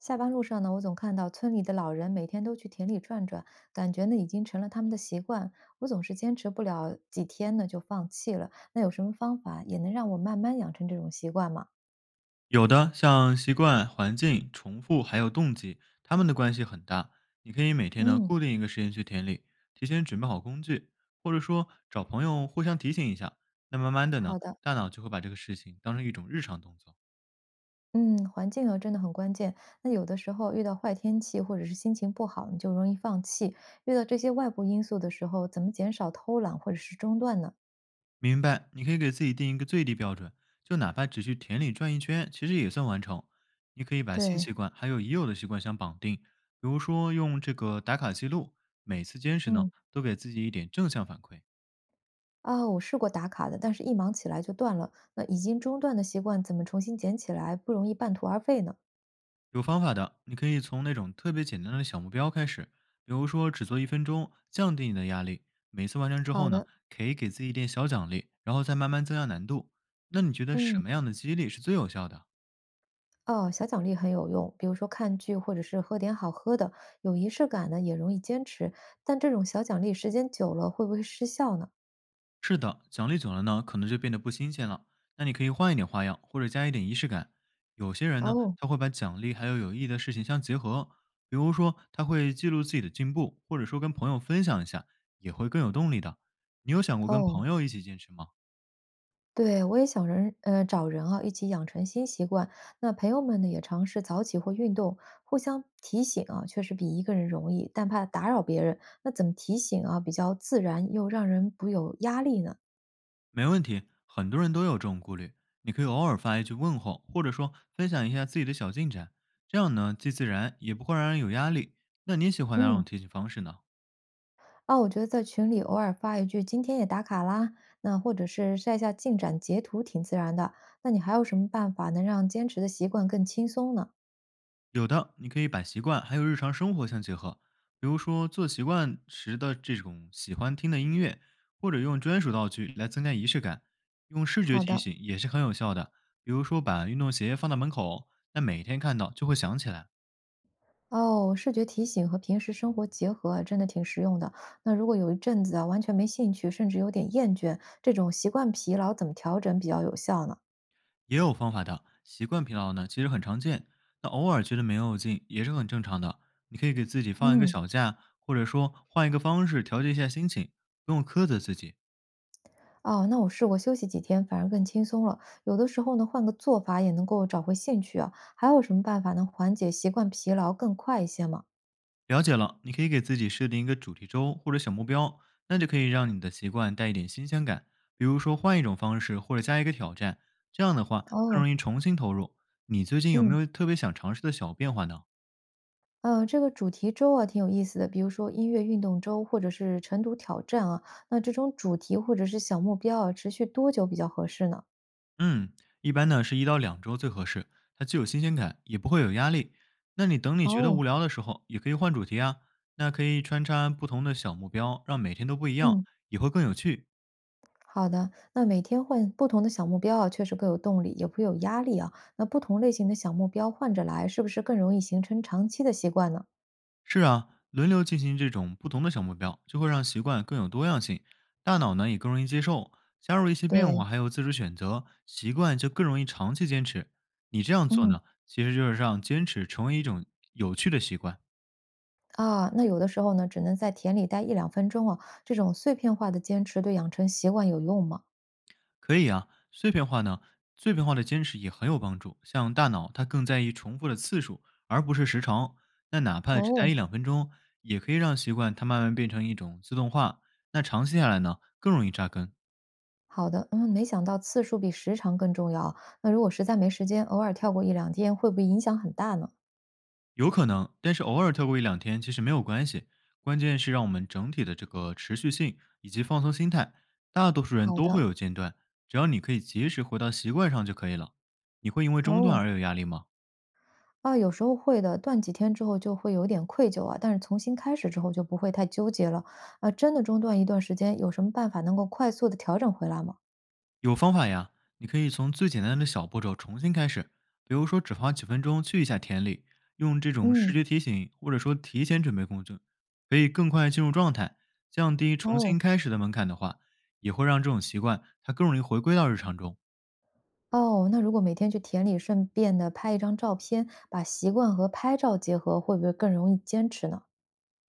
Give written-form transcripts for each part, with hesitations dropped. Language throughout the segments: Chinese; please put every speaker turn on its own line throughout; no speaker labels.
下班路上呢，我总看到村里的老人每天都去田里转转，感觉呢已经成了他们的习惯。我总是坚持不了几天呢就放弃了。那有什么方法也能让我慢慢养成这种习惯吗？
有的像习惯、环境、重复，还有动机，它们的关系很大。你可以每天呢
嗯，
固定一个时间去田里，提前准备好工具，或者说找朋友互相提醒一下。那慢慢的呢，
好的。
大脑就会把这个事情当成一种日常动作。
嗯，环境啊真的很关键。那有的时候遇到坏天气或者是心情不好，你就容易放弃。遇到这些外部因素的时候，怎么减少偷懒或者是中断呢？
明白？你可以给自己定一个最低标准，就哪怕只去田里转一圈，其实也算完成。你可以把新
对，
习惯还有已有的习惯相绑定，比如说用这个打卡记录，每次坚持呢
嗯。
都给自己一点正向反馈。
啊，我试过打卡的，但是一忙起来就断了。那已经中断的习惯怎么重新捡起来，不容易半途而废呢？
有方法的，你可以从那种特别简单的小目标开始，比如说只做1分钟，降低你的压力。每次完成之
好
后呢，
的，
可以给自己一点小奖励，然后再慢慢增加难度。那你觉得什
嗯，
么样的激励是最有效的？
哦，小奖励很有用，比如说看剧或者是喝点好喝的，有仪式感呢也容易坚持。但这种小奖励时间久了会不会失效呢？
是的，奖励久了呢，可能就变得不新鲜了。那你可以换一点花样，或者加一点仪式感。有些人呢，
哦
他会把奖励还有有意义的事情相结合，比如说他会记录自己的进步，或者说跟朋友分享一下，也会更有动力的。你有想过跟朋
哦，
友一起坚持吗？
对，我也想人，找人啊，一起养成新习惯。那朋友们呢，也尝试早起或运动，互相提醒啊，确实比一个人容易，但怕打扰别人。那怎么提醒啊，比较自然又让人不有压力呢？
没问题，很多人都有这种顾虑。你可以偶尔发一句问候，或者说分享一下自己的小进展，这样呢既自然，也不会让人有压力。那你喜欢哪
嗯，
种提醒方式呢？
啊，我觉得在群里偶尔发一句“今天也打卡啦”，那或者是晒下进展截图，挺自然的。那你还有什么办法能让坚持的习惯更轻松呢？
有的，你可以把习惯还有日常生活相结合，比如说做习惯时的这种喜欢听的音乐，或者用专属道具来增加仪式感。用视觉
好
提
的，
醒也是很有效的，比如说把运动鞋放到门口，那每天看到就会想起来。
哦，视觉提醒和平时生活结合啊，真的挺实用的。那如果有一阵子啊，完全没兴趣，甚至有点厌倦，这种习惯疲劳怎么调整比较有效呢？
也有方法的。习惯疲劳呢，其实很常见，那偶尔觉得没有劲也是很正常的。你可以给自己放一个
嗯，
小假，或者说换一个方式调节一下心情，不用苛责自己。
哦，那我试过休息几天，反而更轻松了。有的时候呢，换个做法也能够找回兴趣啊。还有什么办法能缓解习惯疲劳更快一些吗？
了解了，你可以给自己设定一个主题周或者小目标，那就可以让你的习惯带一点新鲜感。比如说换一种方式，或者加一个挑战，这样的话更
哦，
容易重新投入。你最近有没
嗯。
有特别想尝试的小变化呢？
这个主题周啊挺有意思的，比如说音乐运动周或者是晨读挑战啊，那这种主题或者是小目标啊，持续多久比较合适呢？
嗯，一般呢是1到2周最合适，它既有新鲜感，也不会有压力。那你等你觉得
哦，
无聊的时候，也可以换主题啊。那可以穿插不同的小目标，让每天都不一样，
嗯，
也会更有趣。
好的。那每天换不同的小目标啊，确实更有动力，也会有压力啊。那不同类型的小目标换着来，是不是更容易形成长期的习惯呢？
是啊，轮流进行这种不同的小目标，就会让习惯更有多样性，大脑呢也更容易接受。加入一些变
对，
化，还有自主选择，习惯就更容易长期坚持。你这样做
嗯
呢，其实就是让坚持成为一种有趣的习惯。
啊，那有的时候呢，只能在田里待一两分钟啊，这种碎片化的坚持对养成习惯有用吗？
可以啊，碎片化的坚持也很有帮助。像大脑，它更在意重复的次数，而不是时长。那哪怕只待一
哦，
两分钟，也可以让习惯它慢慢变成一种自动化。那长期下来呢，更容易扎根，
好的，嗯，没想到次数比时长更重要啊。那如果实在没时间，偶尔跳过一两天，会不会影响很大呢？
有可能。但是偶尔跳过1两天，其实没有关系。关键是让我们整体的这个持续性以及放松心态。大多数人
好
都会
的，
有间断，只要你可以及时回到习惯上就可以了。你会因为中断
哦。
而有压力吗？
啊，有时候会的，断几天之后就会有点愧疚啊，但是重新开始之后就不会太纠结了。啊，真的中断一段时间，有什么办法能够快速的调整回来吗？
有方法呀，你可以从最简单的小步骤重新开始，比如说只花几分钟去一下田里，用这种视
嗯，
觉提醒或者说提前准备工具，可以更快进入状态，降低重
哦
新开始的门槛的话，也会让这种习惯它更容易回归到日常中。
哦，那如果每天去田里顺便的拍一张照片，把习惯和拍照结合，会不会更容易坚持呢？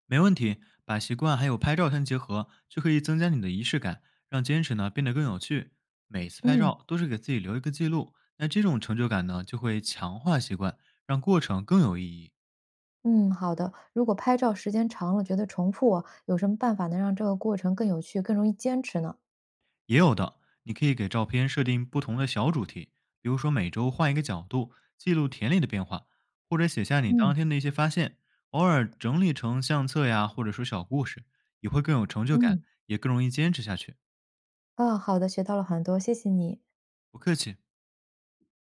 没问题，把习惯还有拍照相结合，就可以增加你的仪式感，让坚持呢变得更有趣。每次拍
嗯
照都是给自己留一个记录，那这种成就感呢就会强化习惯，让过程更有意义。
嗯，好的。如果拍照时间长了觉得重复啊，有什么办法能让这个过程更有趣、更容易坚持呢？
也有的，你可以给照片设定不同的小主题，比如说每周换一个角度，记录田里的变化，或者写下你
嗯
当天的一些发现，偶尔整理成相册呀，或者说小故事，也会更有成就感，
嗯，
也更容易坚持下去。
啊，好的，学到了很多，谢谢你。
不客气。